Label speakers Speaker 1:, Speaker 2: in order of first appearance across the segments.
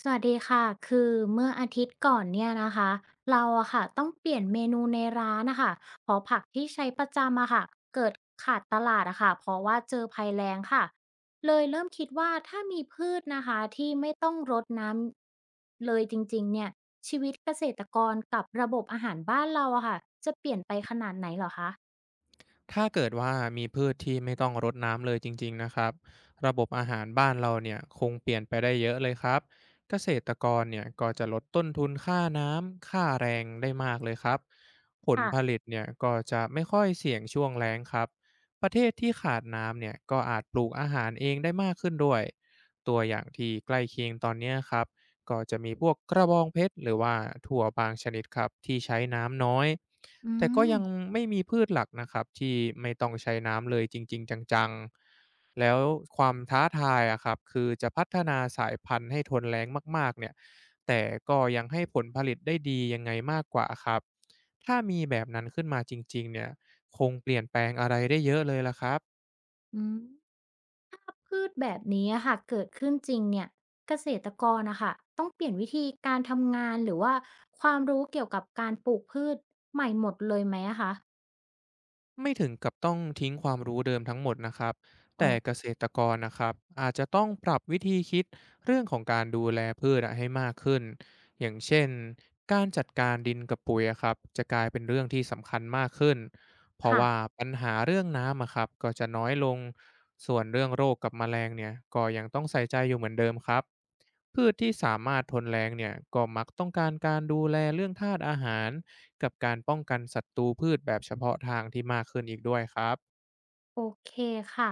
Speaker 1: สวัสดีค่ะคือเมื่ออาทิตย์ก่อนเนี่ยนะคะเราอะค่ะต้องเปลี่ยนเมนูในร้านนะคะเพราะผักที่ใช้ประจำอะค่ะเกิดขาดตลาดอะค่ะเพราะว่าเจอภัยแล้งค่ะเลยเริ่มคิดว่าถ้ามีพืชนะคะที่ไม่ต้องรดน้ำเลยจริงๆเนี่ยชีวิตเกษตรกรกับระบบอาหารบ้านเราอะค่ะจะเปลี่ยนไปขนาดไหนเหรอคะ
Speaker 2: ถ้าเกิดว่ามีพืชที่ไม่ต้องรดน้ำเลยจริงๆนะครับระบบอาหารบ้านเราเนี่ยคงเปลี่ยนไปได้เยอะเลยครับเกษตรกรเนี่ยก็จะลดต้นทุนค่าน้ำค่าแรงได้มากเลยครับผล
Speaker 1: ค่ะ
Speaker 2: ผลิตเนี่ยก็จะไม่ค่อยเสี่ยงช่วงแล้งครับประเทศที่ขาดน้ำเนี่ยก็อาจปลูกอาหารเองได้มากขึ้นด้วยตัวอย่างที่ใกล้เคียงตอนเนี้ยครับ ก็จะมีพวกกระบองเพชรหรือว่าถั่วบางชนิดครับที่ใช้น้ำน้อย
Speaker 1: อื
Speaker 2: แต่ก็ยัง
Speaker 1: ม
Speaker 2: ไม่มีพืชหลักนะครับที่ไม่ต้องใช้น้ำเลยจริงๆจังๆแล้วความท้าทายอะครับคือจะพัฒนาสายพันธุ์ให้ทนแรงมากๆเนี่ยแต่ก็ยังให้ผลผลิตได้ดียังไงมากกว่าครับถ้ามีแบบนั้นขึ้นมาจริงๆเนี่ยคงเปลี่ยนแปลงอะไรได้เยอะเลยละครับ
Speaker 1: อืม พืชแบบนี้อะค่ะเกิดขึ้นจริงเนี่ยเกษตรกรนะคะต้องเปลี่ยนวิธีการทำงานหรือว่าความรู้เกี่ยวกับการปลูกพืชใหม่หมดเลยไหมอะคะ
Speaker 2: ไม่ถึงกับต้องทิ้งความรู้เดิมทั้งหมดนะครับ
Speaker 1: อ๋อ
Speaker 2: แต่เกษตรกรนะครับอาจจะต้องปรับวิธีคิดเรื่องของการดูแลพืชอะให้มากขึ้นอย่างเช่นการจัดการดินกับปุ๋ยอะครับจะกลายเป็นเรื่องที่สำคัญมากขึ้น เพราะ
Speaker 1: ค่ะ
Speaker 2: ว่าปัญหาเรื่องน้ำอะครับก็จะน้อยลงส่วนเรื่องโรคกับแมลงเนี่ยก็ยังต้องใส่ใจอยู่เหมือนเดิมครับพืชที่สามารถทนแรงเนี่ยก็มักต้องการการดูแลเรื่องธาตุอาหาร กับการป้องกันศัตรูพืชแบบเฉพาะทางที่มากขึ้นอีกด้วยครับ
Speaker 1: โอเคค่ะ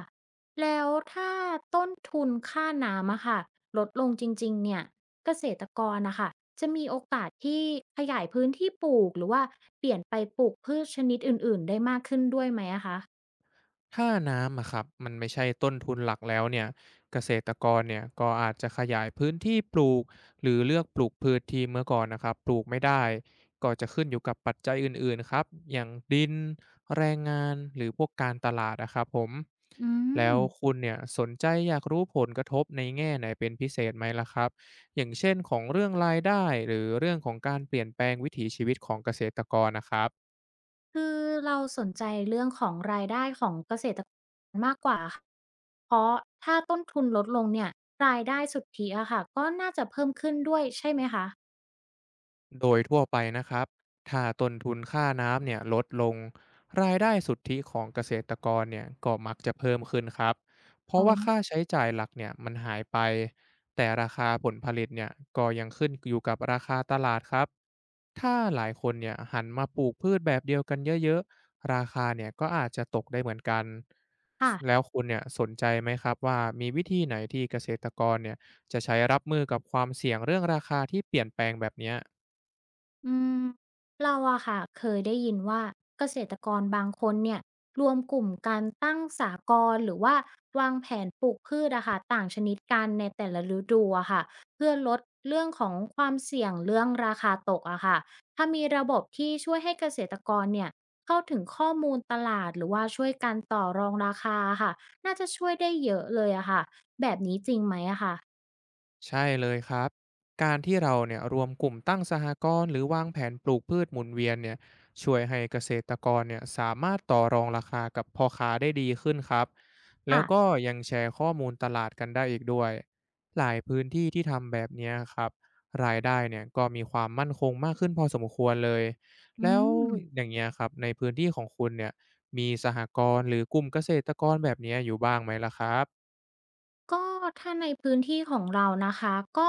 Speaker 1: แล้วถ้าต้นทุนค่าน้ำอะค่ะลดลงจริงๆเนี่ยเกษตรกรนะคะจะมีโอกาสที่ขยายพื้นที่ปลูกหรือว่าเปลี่ยนไปปลูกพืชชนิดอื่นๆได้มากขึ้นด้วยไหมอะคะ
Speaker 2: ถ้าน้ำอะครับมันไม่ใช่ต้นทุนหลักแล้วเนี่ยเกษตรกรเนี่ยก็อาจจะขยายพื้นที่ปลูกหรือเลือกปลูกพืชที่เมื่อก่อนนะครับปลูกไม่ได้ก็จะขึ้นอยู่กับปัจจัยอื่นๆครับอย่างดินแรงงานหรือพวกการตลาดนะครับผม
Speaker 1: อื
Speaker 2: แล้
Speaker 1: ม
Speaker 2: วคุณเนี่ยสนใจอยากรู้ผลกระทบในแง่ไหนเป็นพิเศษไหมล่ะครับอย่างเช่นของเรื่องรายได้หรือเรื่องของการเปลี่ยนแปลงวิถีชีวิตของเกษตรกรนะครับ
Speaker 1: คือเราสนใจเรื่องของรายได้ของเกษตรกรมากกว่าค่ะเพราะถ้าต้นทุนลดลงเนี่ยรายได้สุทธิอะค่ะก็น่าจะเพิ่มขึ้นด้วยใช่ไหมคะ
Speaker 2: โดยทั่วไปนะครับถ้าต้นทุนค่าน้ำเนี่ยลดลง รายได้สุทธิของเกษตรกรเนี่ยก็มักจะเพิ่มขึ้นครับเพ
Speaker 1: อ๋
Speaker 2: ราะ
Speaker 1: อ
Speaker 2: ว่าค่าใช้จ่ายหลักเนี่ยมันหายไป แต่ราคาผลผลิตเนี่ยก็ยังขึ้นอยู่กับราคาตลาดครับถ้าหลายคนเนี่ยหันมาปลูกพืชแบบเดียวกันเยอะๆ ราคาเนี่ยก็อาจจะตกได้เหมือนกัน
Speaker 1: ค่ะ
Speaker 2: แล้วคุณเนี่ยสนใจไหมครับว่ามีวิธีไหนที่เกษตรกรเนี่ยจะใช้รับมือกับความเสี่ยงเรื่องราคาที่เปลี่ยนแปลงแบบเนี้ย
Speaker 1: อืมเราอะค่ะเคยได้ยินว่าเกษตรกรบางคนเนี่ยรวมกลุ่มการตั้งสากรหรือว่าวางแผนปลูกพืชอะค่ะต่างชนิดกันในแต่ละฤดูอะค่ะเพื่อลดเรื่องของความเสี่ยงเรื่องราคาตกอะค่ะถ้ามีระบบที่ช่วยให้เกษตรกรเนี่ยเข้าถึงข้อมูลตลาดหรือว่าช่วยกันต่อรองราคาค่ะน่าจะช่วยได้เยอะเลยอะค่ะแบบนี้จริงไหมอะค่ะ
Speaker 2: ใช่เลยครับการที่เราเนี่ยรวมกลุ่มตั้งสหกรณ์หรือวางแผนปลูกพืชหมุนเวียนเนี่ยช่วยให้เกษตรกรเนี่ยสามารถต่อรองราคากับพ่อค้าได้ดีขึ้นครับแล้ว
Speaker 1: ค่ะ
Speaker 2: ก็ยังแชร์ข้อมูลตลาดกันได้อีกด้วยหลายพื้นที่ที่ทำแบบเนี้ยครับรายได้เนี่ยก็มีความมั่นคงมากขึ้นพอสมควรเลย
Speaker 1: อื
Speaker 2: แล้ว
Speaker 1: ม
Speaker 2: อย่างเงี้ยครับในพื้นที่ของคุณเนี่ยมีสหกรณ์หรือกลุ่มเกษตรกรแบบเนี้ยอยู่บ้างไหมล่ะครับ
Speaker 1: ก็ถ้าในพื้นที่ของเรานะคะก็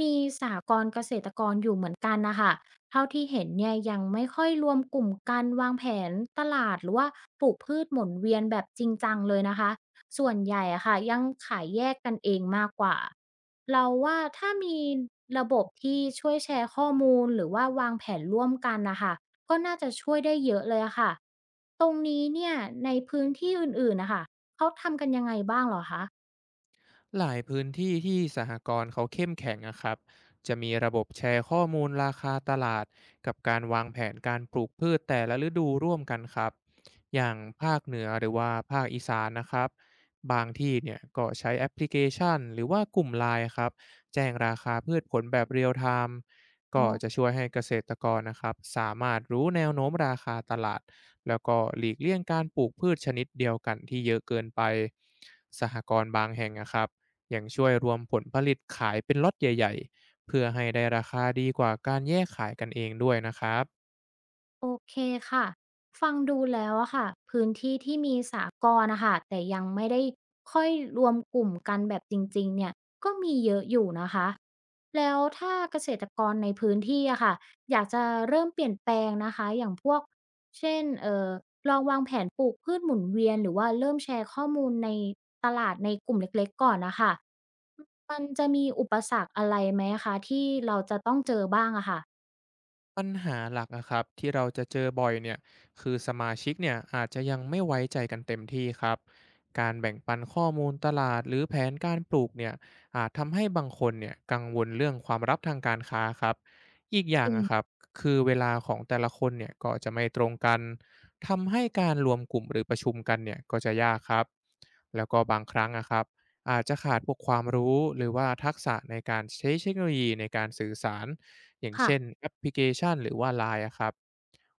Speaker 1: มีสหกรณ์เกษตรกรอยู่เหมือนกันนะคะเท่าที่เห็นเนี่ยยังไม่ค่อยรวมกลุ่มกันวางแผนตลาดหรือว่าปลูกพืชหมุนเวียนแบบจริงจังเลยนะคะส่วนใหญ่อะค่ะยังขายแยกกันเองมากกว่าเราว่าถ้ามีระบบที่ช่วยแชร์ข้อมูลหรือว่าวางแผนร่วมกันนะคะก็น่าจะช่วยได้เยอะเลยอะค่ะตรงนี้เนี่ยในพื้นที่อื่นๆนะคะเขาทำกันยังไงบ้างเหรอคะ
Speaker 2: หลายพื้นที่ที่สหกรณ์เขาเข้มแข็งนะครับ จะมีระบบแชร์ข้อมูลราคาตลาดกับการวางแผนการปลูกพืชแต่ละฤดูร่วมกันครับ อย่างภาคเหนือหรือว่าภาคอีสานนะครับ บางที่เนี่ยก็ใช้แอปพลิเคชันหรือว่ากลุ่มไลน์ครับ แจ้งราคาพืชผลแบบเรียลไทม์
Speaker 1: อ๋อ
Speaker 2: ก็จะช่วยให้เกษตรกรนะครับ สามารถรู้แนวโน้มราคาตลาดแล้วก็หลีกเลี่ยงการปลูกพืชชนิดเดียวกันที่เยอะเกินไปสหกรณ์บางแห่งนะครับ ยังช่วยรวมผลผลิตขายเป็นล็อตใหญ่ๆเพื่อให้ได้ราคาดีกว่าการแยกขายกันเองด้วยนะครับ
Speaker 1: โอเคค่ะฟังดูแล้วอะค่ะพื้นที่ที่มีสหกรณ์นะคะแต่ยังไม่ได้ค่อยรวมกลุ่มกันแบบจริงๆเนี่ยก็มีเยอะอยู่นะคะแล้วถ้าเกษตรกรในพื้นที่อะค่ะอยากจะเริ่มเปลี่ยนแปลงนะคะอย่างพวกเช่นแผนปลูกพืชหมุนเวียนหรือว่าเริ่มแชร์ข้อมูลในตลาดในกลุ่มเล็กๆก่อนนะคะมันจะมีอุปสรรคอะไรไหมคะที่เราจะต้องเจอบ้างอะค่ะ
Speaker 2: ปัญหาหลักนะครับที่เราจะเจอบ่อยเนี่ยคือสมาชิกเนี่ยอาจจะยังไม่ไว้ใจกันเต็มที่ครับการแบ่งปันข้อมูลตลาดหรือแผนการปลูกเนี่ยอาจทำให้บางคนเนี่ยกังวลเรื่องความรับทางการค้าครับอีกอย่า
Speaker 1: จ
Speaker 2: ง
Speaker 1: ริ
Speaker 2: นะครับ
Speaker 1: ง
Speaker 2: คือเวลาของแต่ละคนเนี่ยก็จะไม่ตรงกันทำให้การรวมกลุ่มหรือประชุมกันเนี่ยก็จะยากครับแล้วก็บางครั้งอะครับอาจจะขาดพวกความรู้หรือว่าทักษะในการใช้เทคโนโลยีในการสื่อสาร อย่าง
Speaker 1: ค่ะ
Speaker 2: เช่นแอปพลิเคชันหรือว่า LINE อะครับ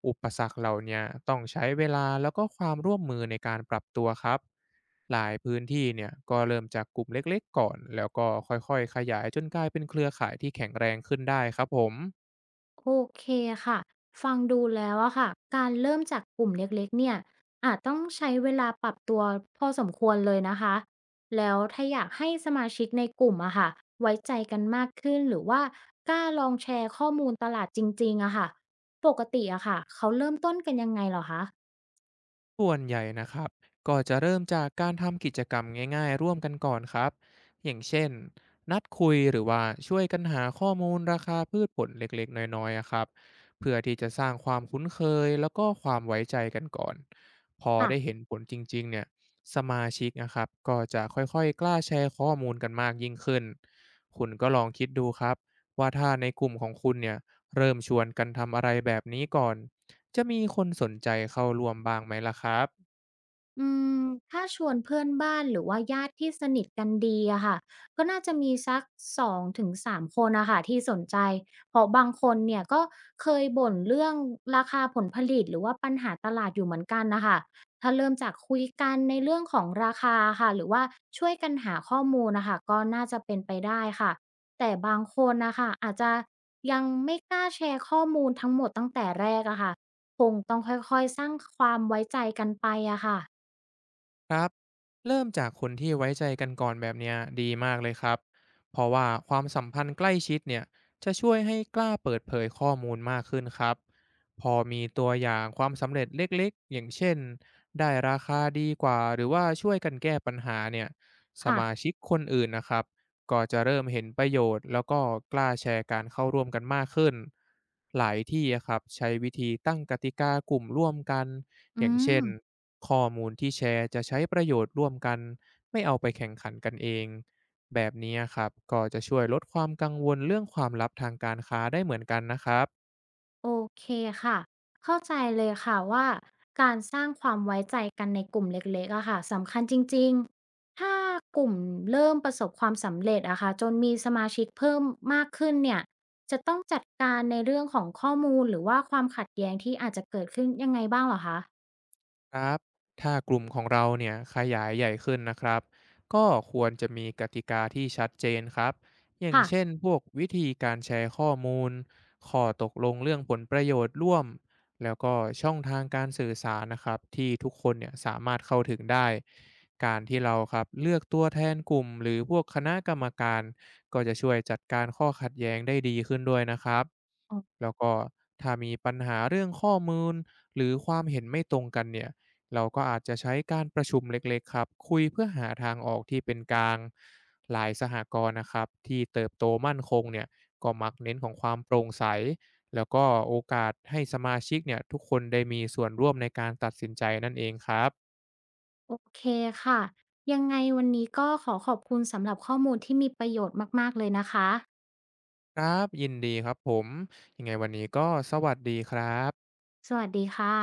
Speaker 2: อุปสรรคเหล่าเนี้ยต้องใช้เวลาแล้วก็ความร่วมมือในการปรับตัวครับหลายพื้นที่เนี่ยก็เริ่มจากกลุ่มเล็กๆก่อนแล้วก็ค่อยๆขยายจนกลายเป็นเครือข่ายที่แข็งแรงขึ้นได้ครับผม
Speaker 1: โอเคค่ะ ฟังดูแล้วอะค่ะ การเริ่มจากกลุ่มเล็กๆเนี่ย อาจต้องใช้เวลาปรับตัวพอสมควรเลยนะคะ แล้วถ้าอยากให้สมาชิกในกลุ่มอะค่ะ ไว้ใจกันมากขึ้น หรือว่ากล้าลองแชร์ข้อมูลตลาดจริงๆอะค่ะปกติอะค่ะ เขาเริ่มต้นกันยังไงเหรอคะ
Speaker 2: ส่วนใหญ่นะครับก็จะเริ่มจากการทำกิจกรรมง่ายๆร่วมกันก่อนครับอย่างเช่นนัดคุยหรือว่าช่วยกันหาข้อมูลราคาพืชผลเล็กๆน้อยๆอะครับเพื่อที่จะสร้างความคุ้นเคยแล้วก็ความไว้ใจกันก่อนพอได้เห็นผลจริงๆเนี่ยสมาชิกนะครับก็จะค่อยๆกล้าแชร์ข้อมูลกันมากยิ่งขึ้นคุณก็ลองคิดดูครับว่าถ้าในกลุ่มของคุณเนี่ยเริ่มชวนกันทำอะไรแบบนี้ก่อน จะมีคนสนใจเข้าร่วมบ้างไหมล่ะครับ
Speaker 1: อืมถ้าชวนเพื่อนบ้านหรือว่าญาติที่สนิทกันดีอะค่ะก็น่าจะมีสักสองถึงสามคนอะค่ะที่สนใจเพราะบางคนเนี่ยก็เคยบ่นเรื่องราคาผลผลิตหรือว่าปัญหาตลาดอยู่เหมือนกันนะคะถ้าเริ่มจากคุยกันในเรื่องของราคาค่ะหรือว่าช่วยกันหาข้อมูลนะคะก็น่าจะเป็นไปได้ค่ะแต่บางคนนะคะอาจจะยังไม่กล้าแชร์ข้อมูลทั้งหมดตั้งแต่แรกอะค่ะคงต้องค่อยๆสร้างความไว้ใจกันไปอะค่ะ
Speaker 2: ครับเริ่มจากคนที่ไว้ใจกันก่อนแบบเนี้ยดีมากเลยครับเพราะว่าความสัมพันธ์ใกล้ชิดเนี่ยจะช่วยให้กล้าเปิดเผยข้อมูลมากขึ้นครับพอมีตัวอย่างความสำเร็จเล็กๆอย่างเช่นได้ราคาดีกว่าหรือว่าช่วยกันแก้ปัญหาเนี่ยส
Speaker 1: ค่ะ
Speaker 2: มาชิกคนอื่นนะครับ ก็จะเริ่มเห็นประโยชน์แล้วก็กล้าแชร์การเข้าร่วมกันมากขึ้นหลายที่อะครับใช้วิธีตั้งกติกากลุ่มร่วมกันอ
Speaker 1: อื
Speaker 2: ย่างเช่
Speaker 1: ม
Speaker 2: นข้อมูลที่แชร์จะใช้ประโยชน์ร่วมกันไม่เอาไปแข่งขันกันเองแบบนี้อะครับก็จะช่วยลดความกังวลเรื่องความลับทางการค้าได้เหมือนกันนะครับ
Speaker 1: โอเคค่ะ เข้าใจเลยค่ะว่าการสร้างความไว้ใจกันในกลุ่มเล็กๆอะค่ะสำคัญจริงๆกลุ่มเริ่มประสบความสำเร็จอะค่ะจนมีสมาชิกเพิ่มมากขึ้นเนี่ยจะต้องจัดการในเรื่องของข้อมูลหรือว่าความขัดแย้งที่อาจจะเกิดขึ้นยังไงบ้างเหรอคะ
Speaker 2: ครับถ้ากลุ่มของเราเนี่ยขยายใหญ่ขึ้นนะครับก็ควรจะมีกติกาที่ชัดเจนครับอย่างเช่น
Speaker 1: ค่ะ
Speaker 2: พวกวิธีการแชร์ข้อมูลข้อตกลงเรื่องผลประโยชน์ร่วมแล้วก็ช่องทางการสื่อสารนะครับที่ทุกคนเนี่ยสามารถเข้าถึงได้การที่เราครับเลือกตัวแทนกลุ่มหรือพวกคณะกรรมการก็จะช่วยจัดการข้อขัดแย้งได้ดีขึ้นด้วยนะครับ
Speaker 1: อ๋อ
Speaker 2: แล้วก็ถ้ามีปัญหาเรื่องข้อมูลหรือความเห็นไม่ตรงกันเนี่ย เราก็อาจจะใช้การประชุมเล็กๆครับคุยเพื่อหาทางออกที่เป็นกลางหลายสหกรณ์นะครับที่เติบโตมั่นคงเนี่ยก็มักเน้นของความโปร่งใสแล้วก็โอกาสให้สมาชิกเนี่ยทุกคนได้มีส่วนร่วมในการตัดสินใจนั่นเองครับ
Speaker 1: โอเคค่ะ ยังไงวันนี้ก็ขอขอบคุณสำหรับข้อมูลที่มีประโยชน์มากๆเลยนะคะ
Speaker 2: ครับยินดีครับผมยังไงวันนี้ก็สวัสดีครับ
Speaker 1: สวัสดีค่ะ